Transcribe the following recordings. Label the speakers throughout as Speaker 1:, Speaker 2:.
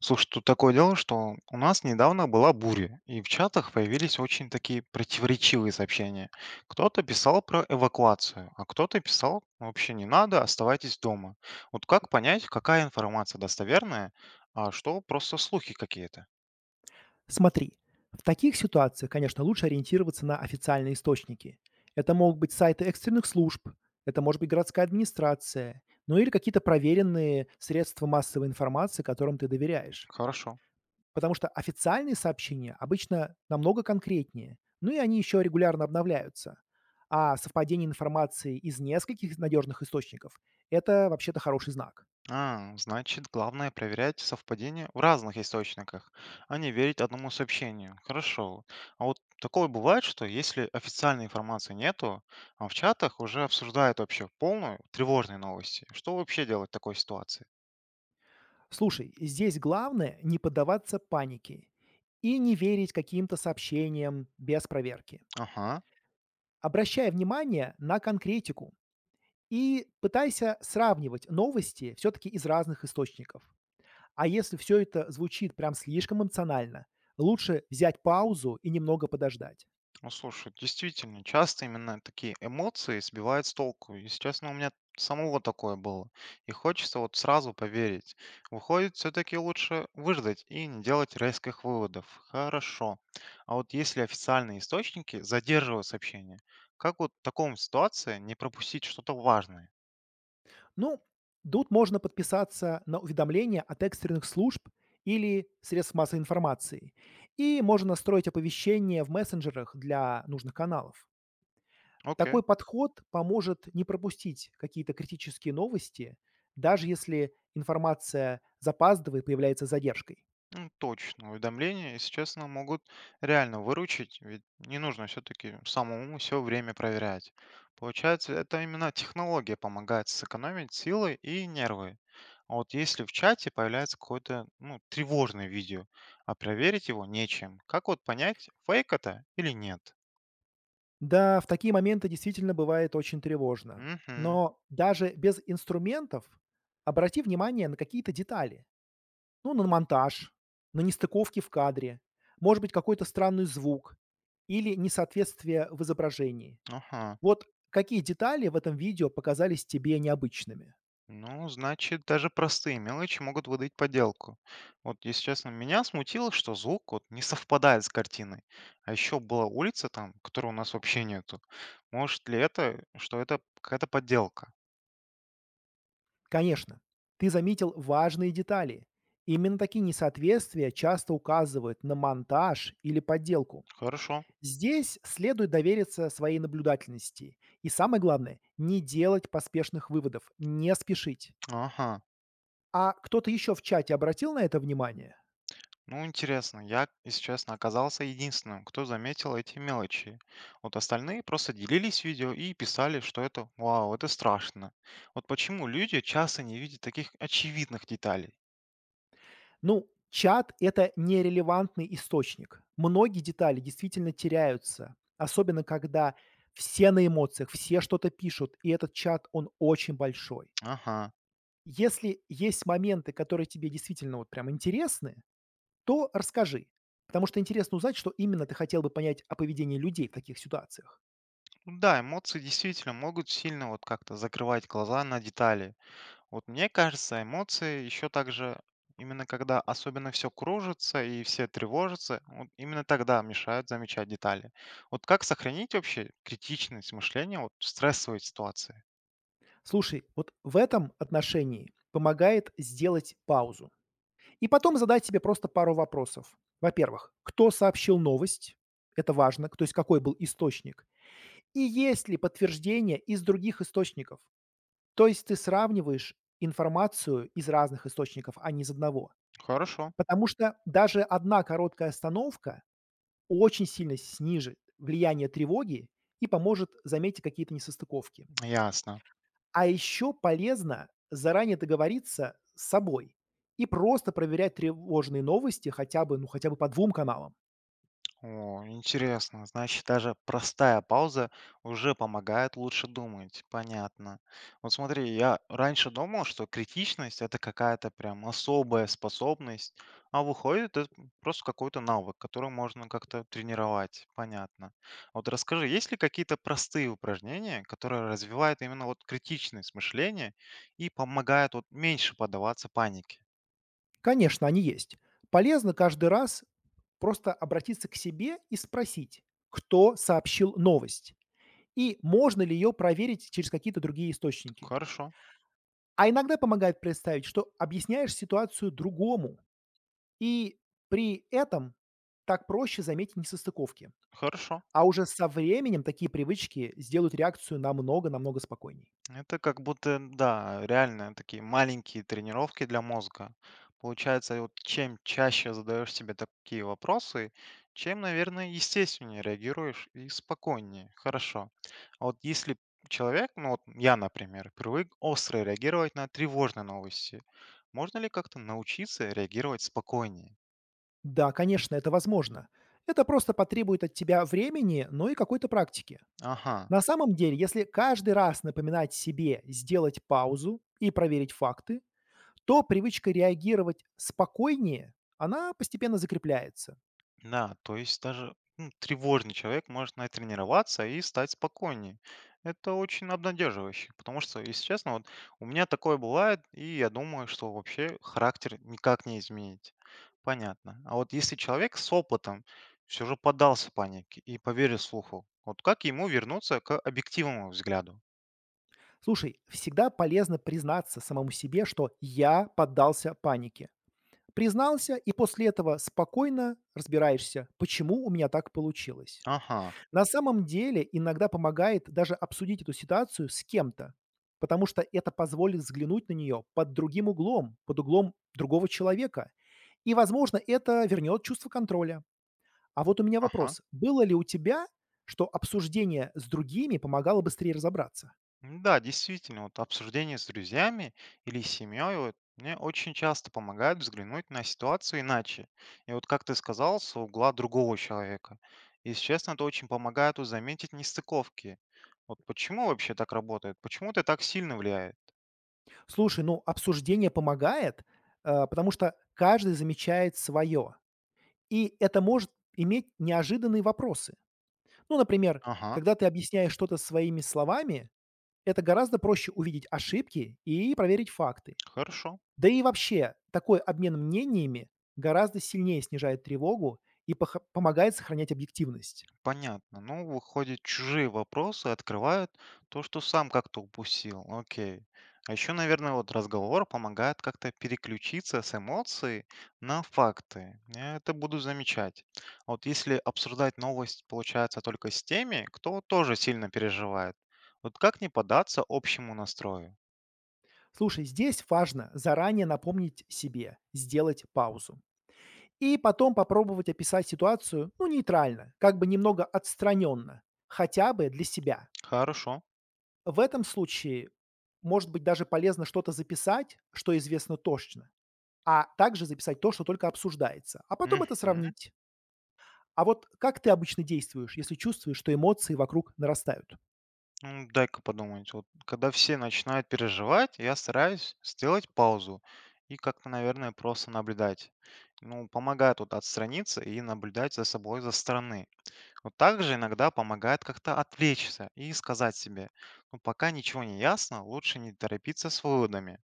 Speaker 1: Слушай, тут такое дело, что у нас недавно была буря, и в чатах появились очень такие противоречивые сообщения. Кто-то писал про эвакуацию, а кто-то писал, вообще не надо, оставайтесь дома. Вот как понять, какая информация достоверная, а что просто слухи какие-то?
Speaker 2: Смотри, в таких ситуациях, конечно, лучше ориентироваться на официальные источники. Это могут быть сайты экстренных служб, это может быть городская администрация, ну или какие-то проверенные средства массовой информации, которым ты доверяешь.
Speaker 1: Хорошо.
Speaker 2: Потому что официальные сообщения обычно намного конкретнее, ну и они еще регулярно обновляются. А совпадение информации из нескольких надежных источников– это вообще-то хороший знак.
Speaker 1: А, значит, главное проверять совпадение в разных источниках, а не верить одному сообщению. Хорошо. А вот такое бывает, что если официальной информации нету, а в чатах уже обсуждают вообще полную тревожные новости. Что вообще делать в такой ситуации?
Speaker 2: Слушай, здесь главное не поддаваться панике и не верить каким-то сообщениям без проверки.
Speaker 1: Ага.
Speaker 2: Обращай внимание на конкретику и пытайся сравнивать новости все-таки из разных источников. А если все это звучит прям слишком эмоционально, лучше взять паузу и немного подождать.
Speaker 1: Ну, слушай, действительно, часто именно такие эмоции сбивают с толку. И, сейчас, ну, у меня самого такое было. И хочется вот сразу поверить. Выходит, все-таки лучше выждать и не делать резких выводов. Хорошо. А вот если официальные источники задерживают сообщение, как вот в таком ситуации не пропустить что-то важное?
Speaker 2: Ну, тут можно подписаться на уведомления от экстренных служб или средств массовой информации. И можно настроить оповещения в мессенджерах для нужных каналов.
Speaker 1: Окей.
Speaker 2: Такой подход поможет не пропустить какие-то критические новости, даже если информация запаздывает, появляется с задержкой.
Speaker 1: Ну, точно. Уведомления, если честно, могут реально выручить, ведь не нужно все-таки самому все время проверять. Получается, это именно технология помогает сэкономить силы и нервы. А вот если в чате появляется какое-то ну, тревожное видео, а проверить его нечем, как вот понять, фейк это или нет?
Speaker 2: Да, в такие моменты действительно бывает очень тревожно.
Speaker 1: Угу.
Speaker 2: Но даже без инструментов обрати внимание на какие-то детали. Ну, на монтаж, на нестыковки в кадре, может быть, какой-то странный звук или несоответствие в изображении.
Speaker 1: Ага.
Speaker 2: Вот какие детали в этом видео показались тебе необычными?
Speaker 1: Ну, значит, даже простые мелочи могут выдать подделку. Вот, если честно, меня смутило, что звук вот не совпадает с картиной. А еще была улица там, которой у нас вообще нету. Может ли это, что это какая-то подделка?
Speaker 2: Конечно, ты заметил важные детали. Именно такие несоответствия часто указывают на монтаж или подделку.
Speaker 1: Хорошо.
Speaker 2: Здесь следует довериться своей наблюдательности. И самое главное, не делать поспешных выводов, не спешить.
Speaker 1: Ага.
Speaker 2: А кто-то еще в чате обратил на это внимание?
Speaker 1: Ну, интересно, я, если честно, оказался единственным, кто заметил эти мелочи. Вот остальные просто делились видео и писали, что это «Вау, это страшно». Вот почему люди часто не видят таких очевидных деталей?
Speaker 2: Ну, чат– это нерелевантный источник. Многие детали действительно теряются, особенно когда все на эмоциях, все что-то пишут, и этот чат, он очень большой.
Speaker 1: Ага.
Speaker 2: Если есть моменты, которые тебе действительно вот прям интересны, то расскажи, потому что интересно узнать, что именно ты хотел бы понять о поведении людей в таких ситуациях.
Speaker 1: Ну да, эмоции действительно могут сильно вот как-то закрывать глаза на детали. Вот мне кажется, эмоции еще также именно когда особенно все кружится и все тревожатся, вот именно тогда мешают замечать детали. Вот как сохранить вообще критичность мышления вот в стрессовой ситуации?
Speaker 2: Слушай, вот в этом отношении помогает сделать паузу и потом задать себе просто пару вопросов. Во-первых, кто сообщил новость? Это важно, то есть какой был источник. И есть ли подтверждение из других источников? То есть ты сравниваешь информацию из разных источников, а не из одного.
Speaker 1: Хорошо,
Speaker 2: Потому что даже одна короткая остановка очень сильно снижит влияние тревоги и поможет заметить какие-то несостыковки.
Speaker 1: ясно.
Speaker 2: А еще полезно заранее договориться с собой и просто проверять тревожные новости хотя бы, хотя бы по двум каналам.
Speaker 1: О, интересно. Значит, даже простая пауза уже помогает лучше думать. Понятно. Вот смотри, я раньше думал, что критичность это какая-то прям особая способность, а выходит, это просто какой-то навык, который можно как-то тренировать. Понятно. Вот расскажи, есть ли какие-то простые упражнения, которые развивают именно вот критичность мышления и помогают вот меньше поддаваться панике?
Speaker 2: Конечно, они есть. Полезно каждый раз просто обратиться к себе и спросить, кто сообщил новость и можно ли ее проверить через какие-то другие источники.
Speaker 1: Хорошо,
Speaker 2: А иногда помогает представить, что объясняешь ситуацию другому, и при этом так проще заметить несостыковки.
Speaker 1: хорошо.
Speaker 2: А уже со временем такие привычки сделают реакцию намного-намного спокойней.
Speaker 1: Это как будто, да, реально такие маленькие тренировки для мозга. Получается, и вот чем чаще задаешь себе такие вопросы, чем, наверное, естественнее реагируешь и спокойнее. Хорошо. А вот если человек, ну вот я, например, привык остро реагировать на тревожные новости, можно ли как-то научиться реагировать спокойнее?
Speaker 2: Да, конечно, это возможно. Это просто потребует от тебя времени, но и какой-то практики.
Speaker 1: Ага.
Speaker 2: На самом деле, если каждый раз напоминать себе сделать паузу и проверить факты, то привычка реагировать спокойнее, она постепенно закрепляется.
Speaker 1: Да, то есть даже ну, тревожный человек может натренироваться и стать спокойнее. Это очень обнадеживающе, потому что, если честно, вот у меня такое бывает, и я думаю, что вообще характер никак не изменить. Понятно. А вот если человек с опытом все же поддался панике и поверил слуху, вот как ему вернуться к объективному взгляду?
Speaker 2: Слушай, всегда полезно признаться самому себе, что я поддался панике. Признался, и после этого спокойно разбираешься, почему у меня так получилось.
Speaker 1: Ага,
Speaker 2: На самом деле иногда помогает даже обсудить эту ситуацию с кем-то, потому что это позволит взглянуть на нее под другим углом, под углом другого человека. И, возможно, это вернет чувство контроля. А вот у меня
Speaker 1: ага.
Speaker 2: вопрос. Было ли у тебя, что обсуждение с другими помогало быстрее разобраться?
Speaker 1: М, да, действительно, вот обсуждение с друзьями или семьей вот, мне очень часто помогает взглянуть на ситуацию иначе. И вот, как ты сказал, с угла другого человека. И, если честно, это очень помогает вот заметить нестыковки. Вот почему вообще так работает? Почему это так сильно влияет?
Speaker 2: Слушай, ну, обсуждение помогает, потому что каждый замечает свое, и это может иметь неожиданные вопросы. Ну, например,
Speaker 1: Ага,
Speaker 2: когда ты объясняешь что-то своими словами, это гораздо проще увидеть ошибки и проверить факты.
Speaker 1: хорошо.
Speaker 2: Да и вообще, такой обмен мнениями гораздо сильнее снижает тревогу и помогает сохранять объективность.
Speaker 1: Понятно. Ну, выходит, чужие вопросы открывают то, что сам как-то упустил. Окей. А еще, наверное, вот разговор помогает как-то переключиться с эмоций на факты. Я это буду замечать. А вот если обсуждать новость, получается, только с теми, кто тоже сильно переживает. Вот как не поддаться общему настрою?
Speaker 2: Слушай, здесь важно заранее напомнить себе, сделать паузу. И потом попробовать описать ситуацию, ну, нейтрально, как бы немного отстраненно, хотя бы для себя.
Speaker 1: Хорошо.
Speaker 2: В этом случае, может быть, даже полезно что-то записать, что известно точно, а также записать то, что только обсуждается, а потом это
Speaker 1: Мгм.
Speaker 2: сравнить. А вот как ты обычно действуешь, если чувствуешь, что эмоции вокруг нарастают?
Speaker 1: Ну, дай-ка подумать. Вот, когда все начинают переживать, я стараюсь сделать паузу и как-то, наверное, просто наблюдать. Ну, помогает вот отстраниться и наблюдать за собой со стороны. Вот также иногда помогает как-то отвлечься и сказать себе, ну, пока ничего не ясно, лучше не торопиться с выводами.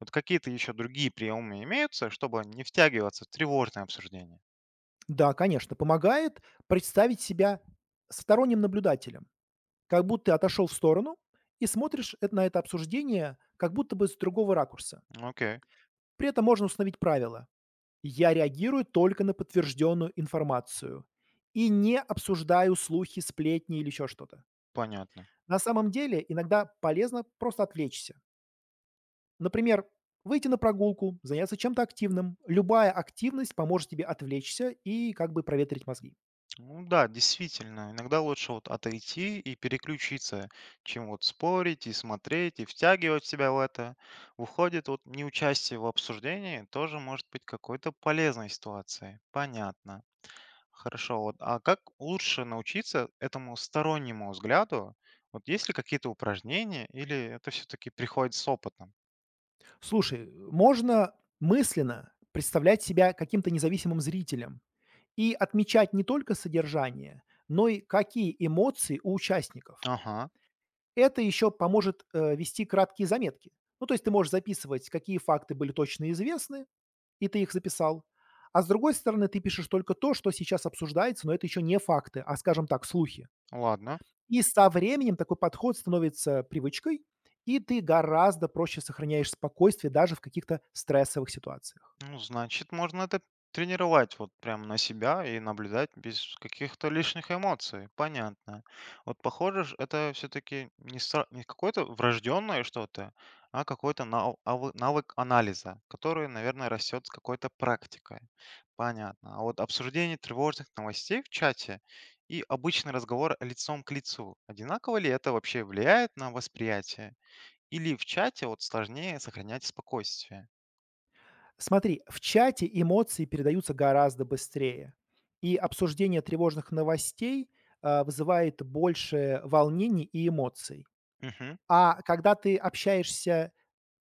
Speaker 1: Вот какие-то еще другие приемы имеются, чтобы не втягиваться в тревожное обсуждение.
Speaker 2: Да, конечно, помогает представить себя сторонним наблюдателем, как будто ты отошел в сторону и смотришь на это обсуждение как будто бы с другого ракурса.
Speaker 1: Ну, окей,
Speaker 2: При этом можно установить правило: я реагирую только на подтвержденную информацию и не обсуждаю слухи, сплетни или еще что-то.
Speaker 1: понятно.
Speaker 2: На самом деле иногда полезно просто отвлечься. Например, выйти на прогулку, заняться чем-то активным. Любая активность поможет тебе отвлечься и как бы проветрить мозги.
Speaker 1: Ну да, действительно, иногда лучше вот отойти и переключиться, чем вот спорить и смотреть и втягивать себя в это. Выходит, вот неучастие в обсуждении тоже может быть какой-то полезной ситуацией. Понятно. Хорошо, вот, а как лучше научиться этому стороннему взгляду? Вот есть ли какие-то упражнения или это все-таки приходит с опытом?
Speaker 2: Слушай, можно мысленно представлять себя каким-то независимым зрителем и отмечать не только содержание, но и какие эмоции у участников.
Speaker 1: Ага,
Speaker 2: Это еще поможет, вести краткие заметки. Ну, то есть ты можешь записывать, какие факты были точно известны, и ты их записал, а с другой стороны, ты пишешь только то, что сейчас обсуждается, но это еще не факты, а, скажем так, слухи.
Speaker 1: ладно.
Speaker 2: И со временем такой подход становится привычкой, и ты гораздо проще сохраняешь спокойствие даже в каких-то стрессовых ситуациях.
Speaker 1: Ну, значит, можно это тренировать вот прям на себя и наблюдать без каких-то лишних эмоций. Понятно. Вот похоже, ж это все-таки не какое-то врожденное что-то, а какой-то навык анализа, который, наверное, растет с какой-то практикой. Понятно. А вот обсуждение тревожных новостей в чате и обычный разговор лицом к лицу, одинаково ли это вообще влияет на восприятие? Или в чате вот сложнее сохранять спокойствие?
Speaker 2: Смотри, в чате эмоции передаются гораздо быстрее, и обсуждение тревожных новостей, вызывает больше волнений и эмоций.
Speaker 1: Угу.
Speaker 2: А когда ты общаешься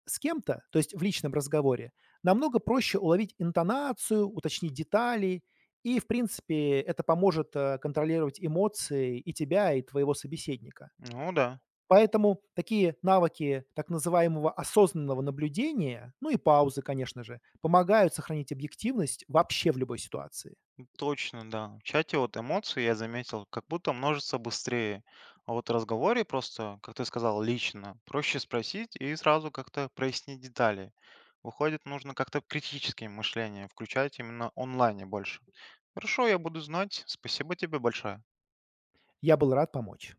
Speaker 2: с кем-то, то есть в личном разговоре, намного проще уловить интонацию, уточнить детали, и, в принципе, это поможет, контролировать эмоции и тебя, и твоего собеседника.
Speaker 1: Ну да.
Speaker 2: Поэтому такие навыки так называемого осознанного наблюдения, ну и паузы, конечно же, помогают сохранить объективность вообще в любой ситуации.
Speaker 1: Точно, да. В чате вот эмоции, я заметил, как будто множится быстрее. А вот в разговоре просто, как ты сказал, лично, проще спросить и сразу как-то прояснить детали. Выходит, нужно как-то критическое мышление включать именно онлайне больше. Хорошо, я буду знать. Спасибо тебе большое.
Speaker 2: Я был рад помочь.